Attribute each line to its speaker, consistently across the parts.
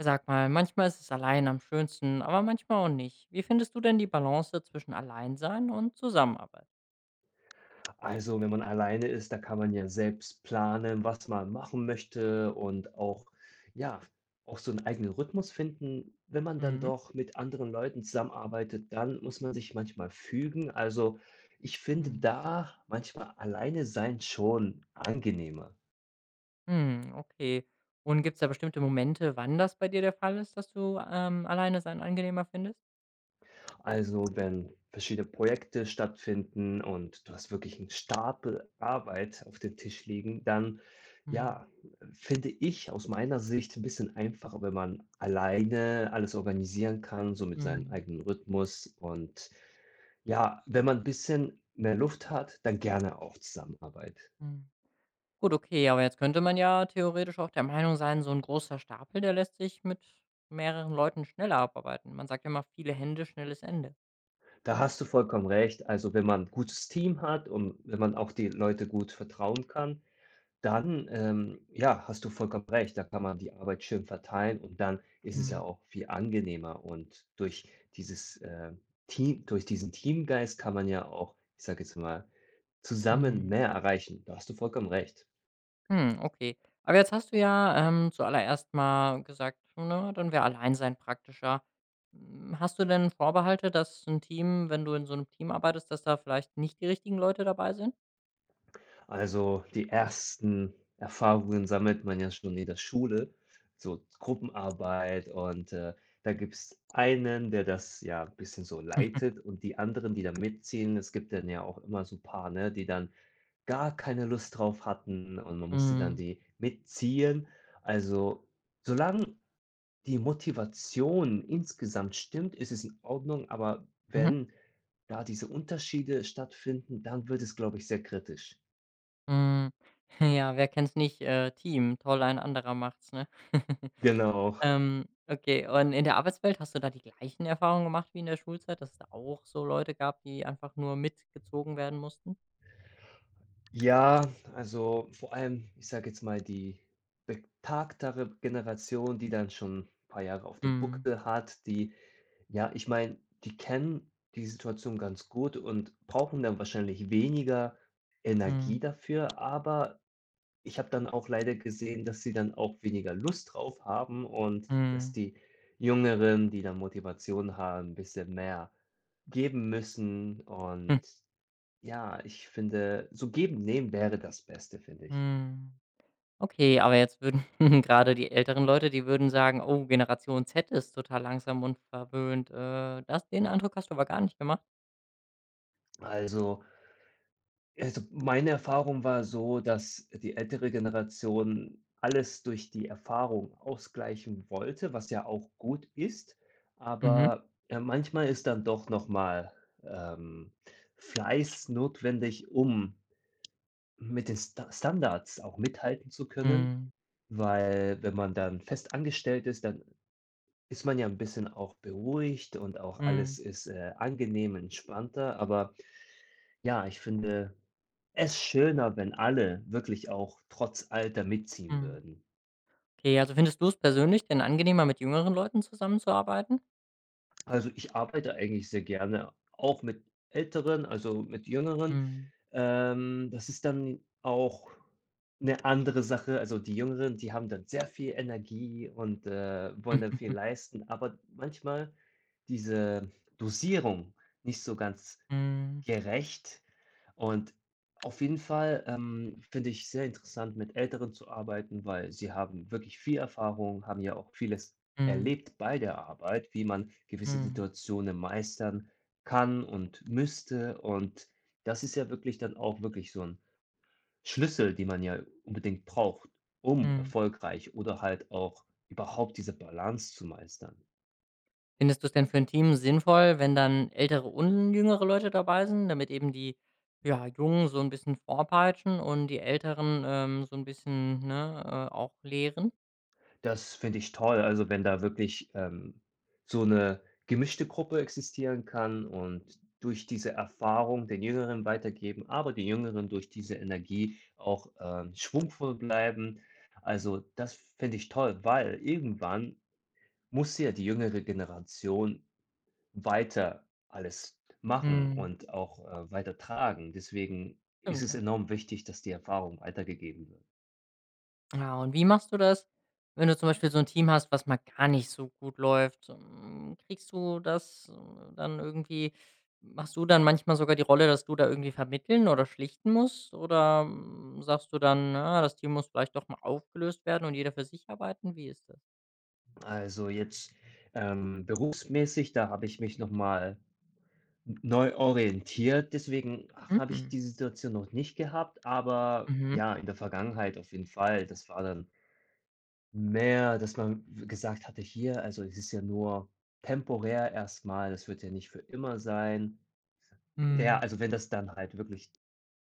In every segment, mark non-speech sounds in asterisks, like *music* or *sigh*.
Speaker 1: Sag mal, manchmal ist es allein am schönsten, aber manchmal auch nicht. Wie findest du denn die Balance zwischen Alleinsein und Zusammenarbeit?
Speaker 2: Also, wenn man alleine ist, da kann man ja selbst planen, was man machen möchte und auch, ja, auch so einen eigenen Rhythmus finden. Wenn man dann
Speaker 1: Mhm.
Speaker 2: doch mit anderen Leuten zusammenarbeitet, dann muss man sich manchmal fügen. Also, ich finde
Speaker 1: Hm,
Speaker 2: da manchmal alleine sein schon angenehmer.
Speaker 1: hm, okay. Und gibt es da bestimmte Momente, wann das bei dir der Fall ist, dass du alleine sein angenehmer findest?
Speaker 2: Also, wenn verschiedene Projekte stattfinden und du hast wirklich einen Stapel Arbeit auf dem Tisch liegen, dann,
Speaker 1: Mhm.
Speaker 2: ja, finde ich aus meiner Sicht ein bisschen einfacher, wenn man alleine alles organisieren kann, so mit seinem
Speaker 1: Mhm.
Speaker 2: eigenen Rhythmus. Und ja, wenn man ein bisschen mehr Luft hat, dann gerne auch Zusammenarbeit.
Speaker 1: Mhm. Gut, okay, aber jetzt könnte man ja theoretisch auch der Meinung sein, so ein großer Stapel, der lässt sich mit mehreren Leuten schneller abarbeiten. Man sagt ja immer, viele Hände, schnelles Ende.
Speaker 2: Da hast du vollkommen recht. Also, wenn man 'n gutes Team hat und wenn man auch die Leute gut vertrauen kann, dann, ja, hast du vollkommen recht, da kann man die Arbeit schön verteilen und dann ist es ja
Speaker 1: Mhm.
Speaker 2: auch viel angenehmer, und durch dieses, Team, durch diesen Teamgeist kann man ja auch, ich sage jetzt mal, zusammen
Speaker 1: Mhm.
Speaker 2: mehr erreichen. Da hast du vollkommen recht.
Speaker 1: Hm, okay. Aber jetzt hast du ja, zuallererst mal gesagt, ne, dann wäre Alleinsein praktischer. Hast du denn Vorbehalte, dass ein Team, wenn du in so einem Team arbeitest, dass da vielleicht nicht die richtigen Leute dabei sind?
Speaker 2: Also, die ersten Erfahrungen sammelt man ja schon in der Schule, so Gruppenarbeit, und, da gibt es einen, der das ja ein bisschen so
Speaker 1: *laughs*
Speaker 2: leitet, und die anderen, die da mitziehen. Es gibt dann ja auch immer so ein paar, ne, die dann gar keine Lust drauf hatten und man musste dann
Speaker 1: Mhm.
Speaker 2: die mitziehen. Also, solange die Motivation insgesamt stimmt, ist es in Ordnung, aber
Speaker 1: Mhm.
Speaker 2: wenn da diese Unterschiede stattfinden, dann wird es, glaube ich, sehr kritisch.
Speaker 1: Hm. *laughs* Ja, wer kennt's nicht, Team, toll, ein anderer macht's, ne? *laughs*
Speaker 2: Genau.
Speaker 1: Okay, und in der Arbeitswelt, hast du da die gleichen Erfahrungen gemacht wie in der Schulzeit, dass es da auch so Leute gab, die einfach nur mitgezogen werden mussten?
Speaker 2: Ja, also vor allem, ich sage jetzt mal, die betagtere Generation, die dann schon 'n paar Jahre auf dem
Speaker 1: Mhm.
Speaker 2: Buckel hat, die, ja, ich meine, die kennen die Situation ganz gut und brauchen dann wahrscheinlich weniger
Speaker 1: Mhm.
Speaker 2: Energie dafür, aber ich habe dann auch leider gesehen, dass sie dann auch weniger Lust drauf haben und dass
Speaker 1: Mhm.
Speaker 2: die Jüngeren, die dann Motivation haben, 'n bisschen mehr geben müssen. Und
Speaker 1: *laughs*
Speaker 2: ja, ich finde, so geben, nehmen wäre das Beste, finde ich.
Speaker 1: Mhm. Okay, aber jetzt würden *laughs* gerade die älteren Leute, die würden sagen: „Oh, Generation Z ist total langsam und verwöhnt." Das den Eindruck hast du aber gar nicht gemacht?
Speaker 2: Also also, meine Erfahrung war so, dass die ältere Generation alles durch die Erfahrung ausgleichen wollte, was ja auch gut ist,
Speaker 1: Mhm.
Speaker 2: aber, manchmal ist dann doch noch mal, ähm, Fleiß notwendig, um mit den Standards auch mithalten zu können,
Speaker 1: Mhm.
Speaker 2: weil wenn man dann fest angestellt ist, dann ist man ja ein bisschen auch beruhigt und auch alles
Speaker 1: Mhm.
Speaker 2: ist, angenehm entspannter. Aber ja, ich finde es schöner, wenn alle wirklich auch trotz Alter mitziehen
Speaker 1: Mhm.
Speaker 2: würden.
Speaker 1: Okay, also findest du es persönlich denn angenehmer, mit jüngeren Leuten zusammenzuarbeiten?
Speaker 2: Also, ich arbeite eigentlich sehr gerne auch mit Älteren, also mit Jüngeren.
Speaker 1: Mhm.
Speaker 2: Das ist dann auch eine andere Sache. Also, die Jüngeren, die haben dann sehr viel Energie und, wollen dann viel
Speaker 1: Mhm.
Speaker 2: leisten, aber manchmal diese Dosierung nicht so ganz
Speaker 1: Mhm.
Speaker 2: gerecht, und auf jeden Fall, finde ich sehr interessant, mit Älteren zu arbeiten, weil sie haben wirklich viel Erfahrung, haben ja auch vieles
Speaker 1: Mhm.
Speaker 2: erlebt bei der Arbeit, wie man gewisse
Speaker 1: Mhm.
Speaker 2: Situationen meistern kann und müsste. Und das ist ja wirklich dann auch wirklich so ein Schlüssel, den man ja unbedingt braucht, um
Speaker 1: *laughs*
Speaker 2: erfolgreich oder halt auch überhaupt diese Balance zu meistern.
Speaker 1: Findest du es denn für ein Team sinnvoll, wenn dann ältere und jüngere Leute dabei sind, damit eben die, ja, Jungen so ein bisschen vorpeitschen und die Älteren, so ein bisschen, ne, auch lehren?
Speaker 2: Das finde ich toll, also wenn da wirklich, so eine gemischte Gruppe existieren kann und durch diese Erfahrung den Jüngeren weitergeben, aber die Jüngeren durch diese Energie auch, schwungvoll bleiben. Also, das finde ich toll, weil irgendwann muss ja die jüngere Generation weiter alles machen
Speaker 1: Mhm.
Speaker 2: und auch, weitertragen. Deswegen ist
Speaker 1: Stimmt,
Speaker 2: es
Speaker 1: ja.
Speaker 2: enorm wichtig, dass die Erfahrung weitergegeben wird.
Speaker 1: Ja, und wie machst du das, wenn du zum Beispiel so ein Team hast, was mal gar nicht so gut läuft? Kriegst du das, dann irgendwie, machst du dann manchmal sogar die Rolle, dass du da irgendwie vermitteln oder schlichten musst? Oder, sagst du dann: „Na, das Team muss vielleicht doch mal aufgelöst werden und jeder für sich arbeiten?" Wie ist das?
Speaker 2: Also jetzt, berufsmäßig, da habe ich mich noch mal neu orientiert, deswegen habe ich
Speaker 1: Mhm.
Speaker 2: die Situation noch nicht gehabt, aber
Speaker 1: Mhm.
Speaker 2: ja, in der Vergangenheit auf jeden Fall. Das war dann mehr, dass man gesagt hatte: „Hier, also, es ist ja nur temporär erstmal. Das wird ja nicht für immer sein.“ Naja,
Speaker 1: Mhm.
Speaker 2: also, wenn das dann halt wirklich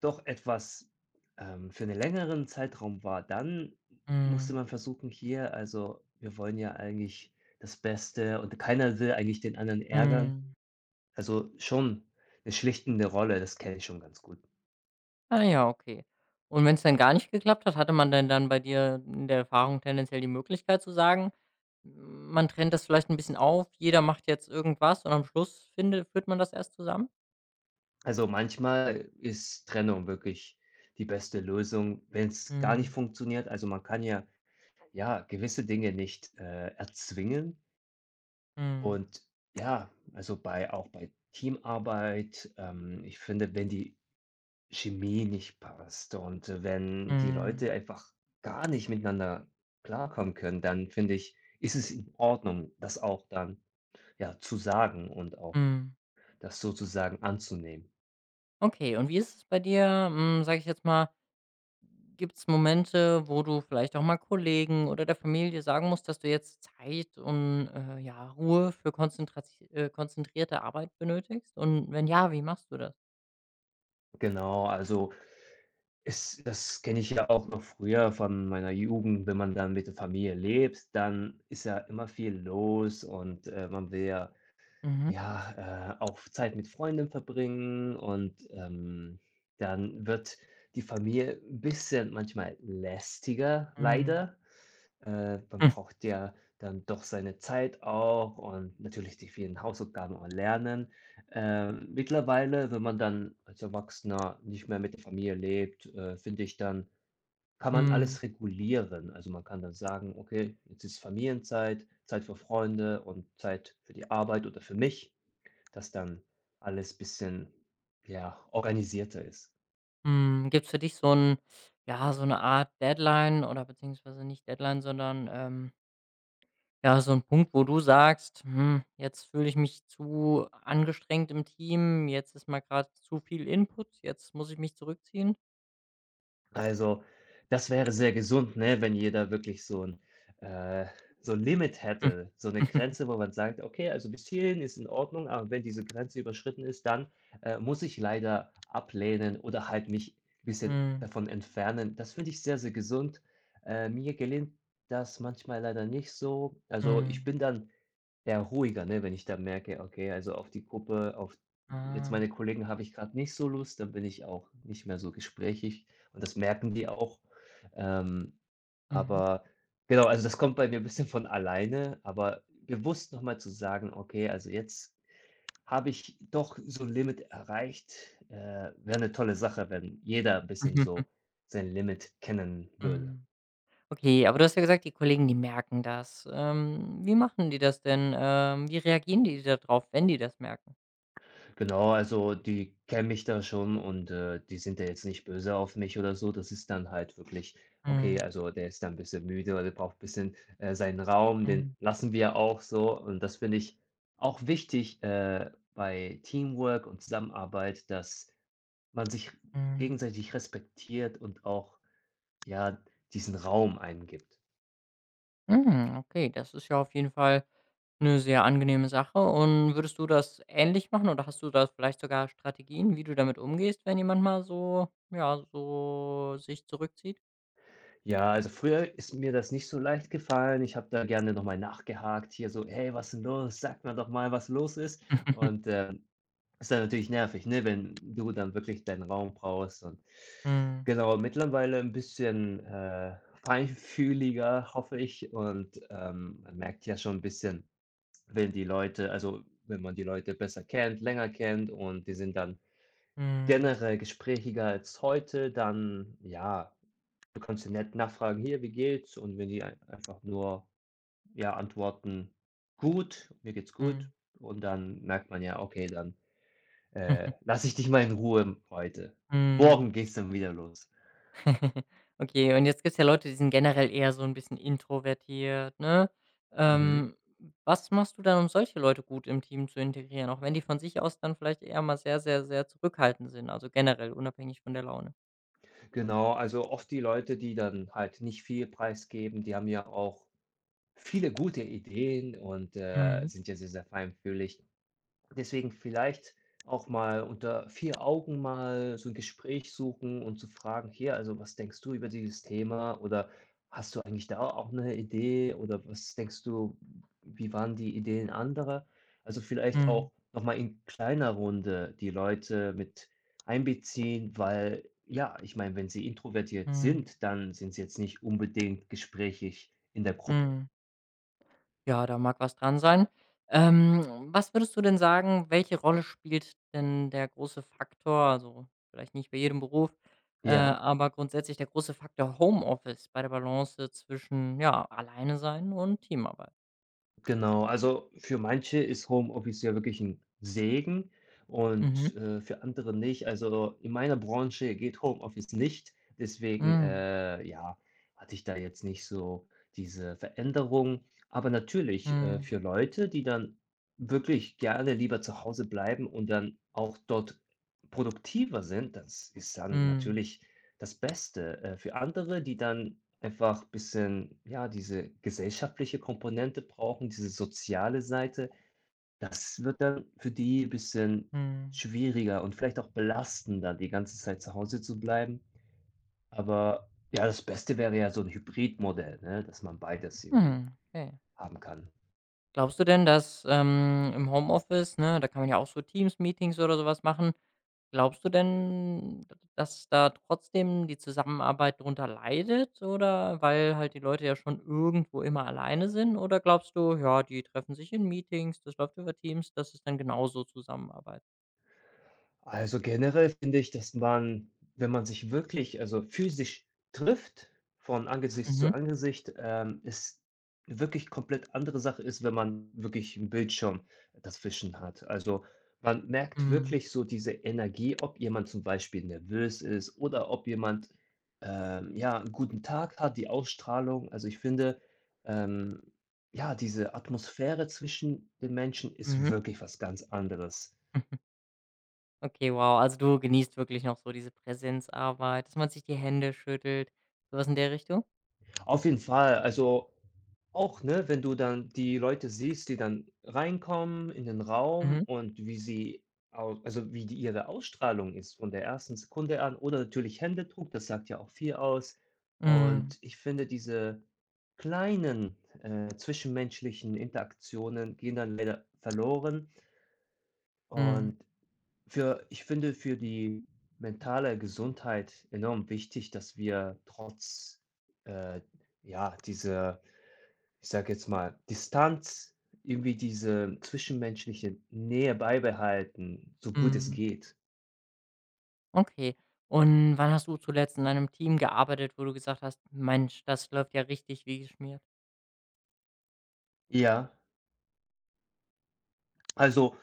Speaker 2: doch etwas, für einen längeren Zeitraum war, dann musste
Speaker 1: Mhm.
Speaker 2: man versuchen, hier, also, wir wollen ja eigentlich das Beste, und keiner will eigentlich den anderen ärgern.
Speaker 1: Mhm.
Speaker 2: Also, schon eine schlichtende Rolle, das kenne ich schon ganz gut.
Speaker 1: Ah ja, okay. Und wenn es dann gar nicht geklappt hat, hatte man denn dann bei dir in der Erfahrung tendenziell die Möglichkeit zu sagen, man trennt das vielleicht ein bisschen auf, jeder macht jetzt irgendwas und am Schluss findet führt man das erst zusammen?
Speaker 2: Also, manchmal ist Trennung wirklich die beste Lösung, wenn es gar nicht
Speaker 1: Mhm.
Speaker 2: funktioniert. Also, man kann ja, ja, gewisse Dinge nicht, erzwingen
Speaker 1: Mhm.
Speaker 2: und ja, also, bei auch bei Teamarbeit, ich finde, wenn die Chemie nicht passt, und, wenn die
Speaker 1: Mhm.
Speaker 2: Leute einfach gar nicht miteinander klarkommen können, dann finde ich, ist es in Ordnung, das auch dann, ja, zu sagen und auch
Speaker 1: Mhm.
Speaker 2: das sozusagen anzunehmen.
Speaker 1: Okay, und wie ist es bei dir, sage ich jetzt mal. Gibt es Momente, wo du vielleicht auch mal Kollegen oder der Familie sagen musst, dass du jetzt Zeit und, ja, Ruhe für konzentrati konzentrierte Arbeit benötigst? Und wenn ja, wie machst du das?
Speaker 2: Genau, also es das kenne ich ja auch noch früher von meiner Jugend, wenn man dann mit der Familie lebt, dann ist ja immer viel los, und, man will ja
Speaker 1: Mhm.
Speaker 2: Ja, auch Zeit mit Freunden verbringen, und, dann wird die Familie 'n bisschen manchmal lästiger,
Speaker 1: Mhm.
Speaker 2: leider. Man
Speaker 1: Hm.
Speaker 2: braucht ja dann doch seine Zeit auch und natürlich die vielen Hausaufgaben und Lernen. Mittlerweile, wenn man dann als Erwachsener nicht mehr mit der Familie lebt, finde ich, dann kann man
Speaker 1: Mhm.
Speaker 2: alles regulieren. Also, man kann dann sagen: „Okay, jetzt ist Familienzeit, Zeit für Freunde und Zeit für die Arbeit oder für mich.“ Dass dann alles bisschen, ja, organisierter ist.
Speaker 1: Mhm. Gibt's für dich so ein, ja, so eine Art Deadline oder beziehungsweise nicht Deadline, sondern, ja, so ein Punkt, wo du sagst: „Hm, jetzt fühle ich mich zu angestrengt im Team, jetzt ist mal gerade zu viel Input, jetzt muss ich mich zurückziehen?"
Speaker 2: Also, das wäre sehr gesund, ne, wenn jeder wirklich äh, so 'n Limit
Speaker 1: Hm.
Speaker 2: hätte, so 'ne
Speaker 1: *laughs*
Speaker 2: Grenze, wo man sagt: „Okay, also bis hierhin ist in Ordnung, aber wenn diese Grenze überschritten ist, dann, muss ich leider ablehnen oder halt mich bisschen
Speaker 1: Mhm,
Speaker 2: davon entfernen.“ Das finde ich sehr, sehr gesund. Mir gelingt das manchmal leider nicht so. Also, ich
Speaker 1: mhm.
Speaker 2: bin dann, ja, ruhiger, ne? Wenn ich da merke, okay, also auf die Gruppe, auf jetzt
Speaker 1: Ah,
Speaker 2: meine Kollegen habe ich gerade nicht so Lust, dann bin ich auch nicht mehr so gesprächig und das merken die auch. Ähm,
Speaker 1: mhm.
Speaker 2: aber genau, also das kommt bei mir ein bisschen von alleine, aber bewusst nochmal zu sagen: „Okay, also jetzt habe ich doch so 'n Limit erreicht“, wäre eine tolle Sache, wenn jeder ein
Speaker 1: *laughs*
Speaker 2: bisschen
Speaker 1: Mhm, hm,
Speaker 2: so sein Limit kennen würde.
Speaker 1: mhm. Okay, aber du hast ja gesagt, die Kollegen, die merken das. Wie machen die das denn? Wie reagieren die da drauf, wenn die das merken?
Speaker 2: Genau, also die kennen mich da schon, und, die sind da jetzt nicht böse auf mich oder so. Das ist dann halt wirklich: „Okay,
Speaker 1: Mhm,
Speaker 2: also der ist dann 'n bisschen müde, oder der braucht ein bisschen, seinen Raum, den
Speaker 1: mhm,
Speaker 2: lassen wir auch so.“ Und das finde ich auch wichtig, bei Teamwork und Zusammenarbeit, dass man sich
Speaker 1: mhm.
Speaker 2: gegenseitig respektiert und auch, ja, diesen Raum einem gibt.
Speaker 1: Mhm, okay, das ist ja auf jeden Fall eine sehr angenehme Sache. Und würdest du das ähnlich machen oder hast du da vielleicht sogar Strategien, wie du damit umgehst, wenn jemand mal so, ja, so sich zurückzieht?
Speaker 2: Ja, also früher ist mir das nicht so leicht gefallen. Ich habe da gerne noch mal nachgehakt, hier so: „Hey, was ist denn los? Sag mir doch mal, was los ist.“ Und,
Speaker 1: *laughs*
Speaker 2: ist dann natürlich nervig, ne, wenn du dann wirklich deinen Raum brauchst, und
Speaker 1: Mhm,
Speaker 2: genau, mittlerweile ein bisschen, feinfühliger, hoffe ich, und, man merkt ja schon ein bisschen, wenn die Leute, also, wenn man die Leute besser kennt, länger kennt und die sind dann
Speaker 1: mhm,
Speaker 2: generell gesprächiger als heute, dann, ja, du kannst ja nett nachfragen: „Hier, wie geht's?“ Und wenn die ei einfach nur, ja, antworten: „Gut, mir geht's gut.“
Speaker 1: mhm.
Speaker 2: Und dann merkt man ja: „Okay, dann, lasse ich dich mal in Ruhe heute.
Speaker 1: Mhm.
Speaker 2: Morgen
Speaker 1: *laughs*
Speaker 2: geht's dann wieder los.“
Speaker 1: *laughs* Okay, und jetzt gibt's ja Leute, die sind generell eher so ein bisschen introvertiert, ne?
Speaker 2: Mhm.
Speaker 1: Ähm, was machst du dann, um solche Leute gut im Team zu integrieren, auch wenn die von sich aus dann vielleicht eher mal sehr, sehr, sehr zurückhaltend sind, also generell unabhängig von der Laune?
Speaker 2: Genau, also oft die Leute, die dann halt nicht viel preisgeben, die haben ja auch viele gute Ideen, und,
Speaker 1: Mhm.
Speaker 2: sind ja sehr, sehr feinfühlig. Deswegen vielleicht auch mal unter vier Augen mal so ein Gespräch suchen und zu fragen: „Hier, also, was denkst du über dieses Thema?“ Oder: „Hast du eigentlich da auch eine Idee?“ Oder: „Was denkst du, wie waren die Ideen anderer?“ Also, vielleicht
Speaker 1: Mhm.
Speaker 2: auch noch mal in kleiner Runde die Leute mit einbeziehen, weil, ja, ich meine, wenn sie introvertiert
Speaker 1: Mhm.
Speaker 2: sind, dann sind sie jetzt nicht unbedingt gesprächig in der Gruppe.
Speaker 1: Mhm. Ja, da mag was dran sein. Was würdest du denn sagen, welche Rolle spielt denn der große Faktor, also vielleicht nicht bei jedem Beruf,
Speaker 2: Ja.
Speaker 1: aber grundsätzlich der große Faktor Homeoffice bei der Balance zwischen, ja, alleine sein und Teamarbeit?
Speaker 2: Genau, also für manche ist Homeoffice ja wirklich ein Segen,
Speaker 1: Mhm.
Speaker 2: und, für andere nicht. Also, in meiner Branche geht Homeoffice nicht. Deswegen,
Speaker 1: Mhm.
Speaker 2: ja, hatte ich da jetzt nicht so diese Veränderung. Aber natürlich,
Speaker 1: Mhm.
Speaker 2: für Leute, die dann wirklich gerne lieber zu Hause bleiben und dann auch dort produktiver sind, das ist dann
Speaker 1: Mhm.
Speaker 2: natürlich das Beste. Für andere, die dann einfach ein bisschen, ja, diese gesellschaftliche Komponente brauchen, diese soziale Seite, das wird dann für die ein bisschen
Speaker 1: Mhm.
Speaker 2: schwieriger und vielleicht auch belastender, die ganze Zeit zu Hause zu bleiben. Aber ja, das Beste wäre ja so ein Hybridmodell, ne, dass man beides irgendwie
Speaker 1: Mhm. Okay.
Speaker 2: haben kann.
Speaker 1: Glaubst du denn, dass, im Homeoffice, ne, da kann man ja auch so Teams-Meetings oder sowas machen. Glaubst du denn, dass da trotzdem die Zusammenarbeit drunter leidet, oder weil halt die Leute ja schon irgendwo immer alleine sind? Oder glaubst du, ja, die treffen sich in Meetings, das läuft über Teams, das ist dann genauso Zusammenarbeit?
Speaker 2: Also, generell finde ich, dass man, wenn man sich wirklich, also, physisch trifft, von Angesicht zu
Speaker 1: Mhm.
Speaker 2: Angesicht, es wirklich komplett andere Sache ist, wenn man wirklich im Bildschirm dazwischen hat. Also, man merkt
Speaker 1: Mhm.
Speaker 2: wirklich so diese Energie, ob jemand zum Beispiel nervös ist oder ob jemand, ja, 'n guten Tag hat, die Ausstrahlung. Also, ich finde, ähm, ja, diese Atmosphäre zwischen den Menschen
Speaker 1: Mhm.
Speaker 2: ist wirklich was ganz anderes.
Speaker 1: *laughs* Okay, wow. Also, du genießt wirklich noch so diese Präsenzarbeit, dass man sich die Hände schüttelt, sowas in der Richtung?
Speaker 2: Auf jeden Fall, also auch, ne, wenn du dann die Leute siehst, die dann reinkommen in den Raum
Speaker 1: Mhm.
Speaker 2: und wie sie, au also, wie die ihre Ausstrahlung ist von der ersten Sekunde an oder natürlich Händedruck, das sagt ja auch viel aus.
Speaker 1: Mhm.
Speaker 2: Und ich finde, diese kleinen, zwischenmenschlichen Interaktionen gehen dann leider verloren,
Speaker 1: Mhm.
Speaker 2: und für ich finde, für die mentale Gesundheit enorm wichtig, dass wir trotz, äh, ja, diese, ich sage jetzt mal, Distanz, irgendwie diese zwischenmenschliche Nähe beibehalten, so gut es
Speaker 1: Mhm.
Speaker 2: geht.
Speaker 1: Okay. Und wann hast du zuletzt in einem Team gearbeitet, wo du gesagt hast: „Mensch, das läuft ja richtig wie geschmiert?"
Speaker 2: Ja, also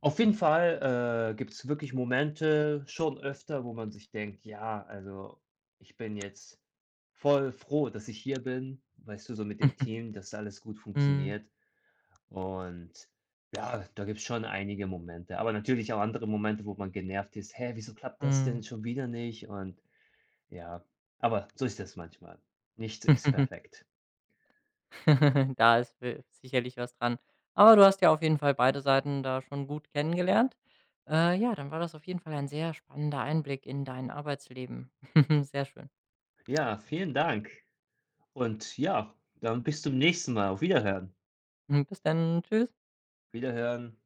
Speaker 2: auf jeden Fall, gibt es wirklich Momente schon öfter, wo man sich denkt: „Ja, also ich bin jetzt voll froh, dass ich hier bin“, weißt du, so mit dem
Speaker 1: *laughs*
Speaker 2: Team, dass alles gut
Speaker 1: Mhm.
Speaker 2: funktioniert. Und ja, da gibt es schon einige Momente, aber natürlich auch andere Momente, wo man genervt ist: „Hä, wieso klappt das
Speaker 1: Mhm.
Speaker 2: denn schon wieder nicht?“ Und ja, aber so ist es manchmal. Nichts ist
Speaker 1: *laughs*
Speaker 2: perfekt.
Speaker 1: Da ist wi sicherlich was dran. Aber du hast ja auf jeden Fall beide Seiten da schon gut kennengelernt. Ja, dann war das auf jeden Fall ein sehr spannender Einblick in dein Arbeitsleben. *laughs* Sehr schön.
Speaker 2: Ja, vielen Dank, und ja, dann bis zum nächsten Mal. Auf Wiederhören.
Speaker 1: Bis dann. Tschüss.
Speaker 2: Wiederhören.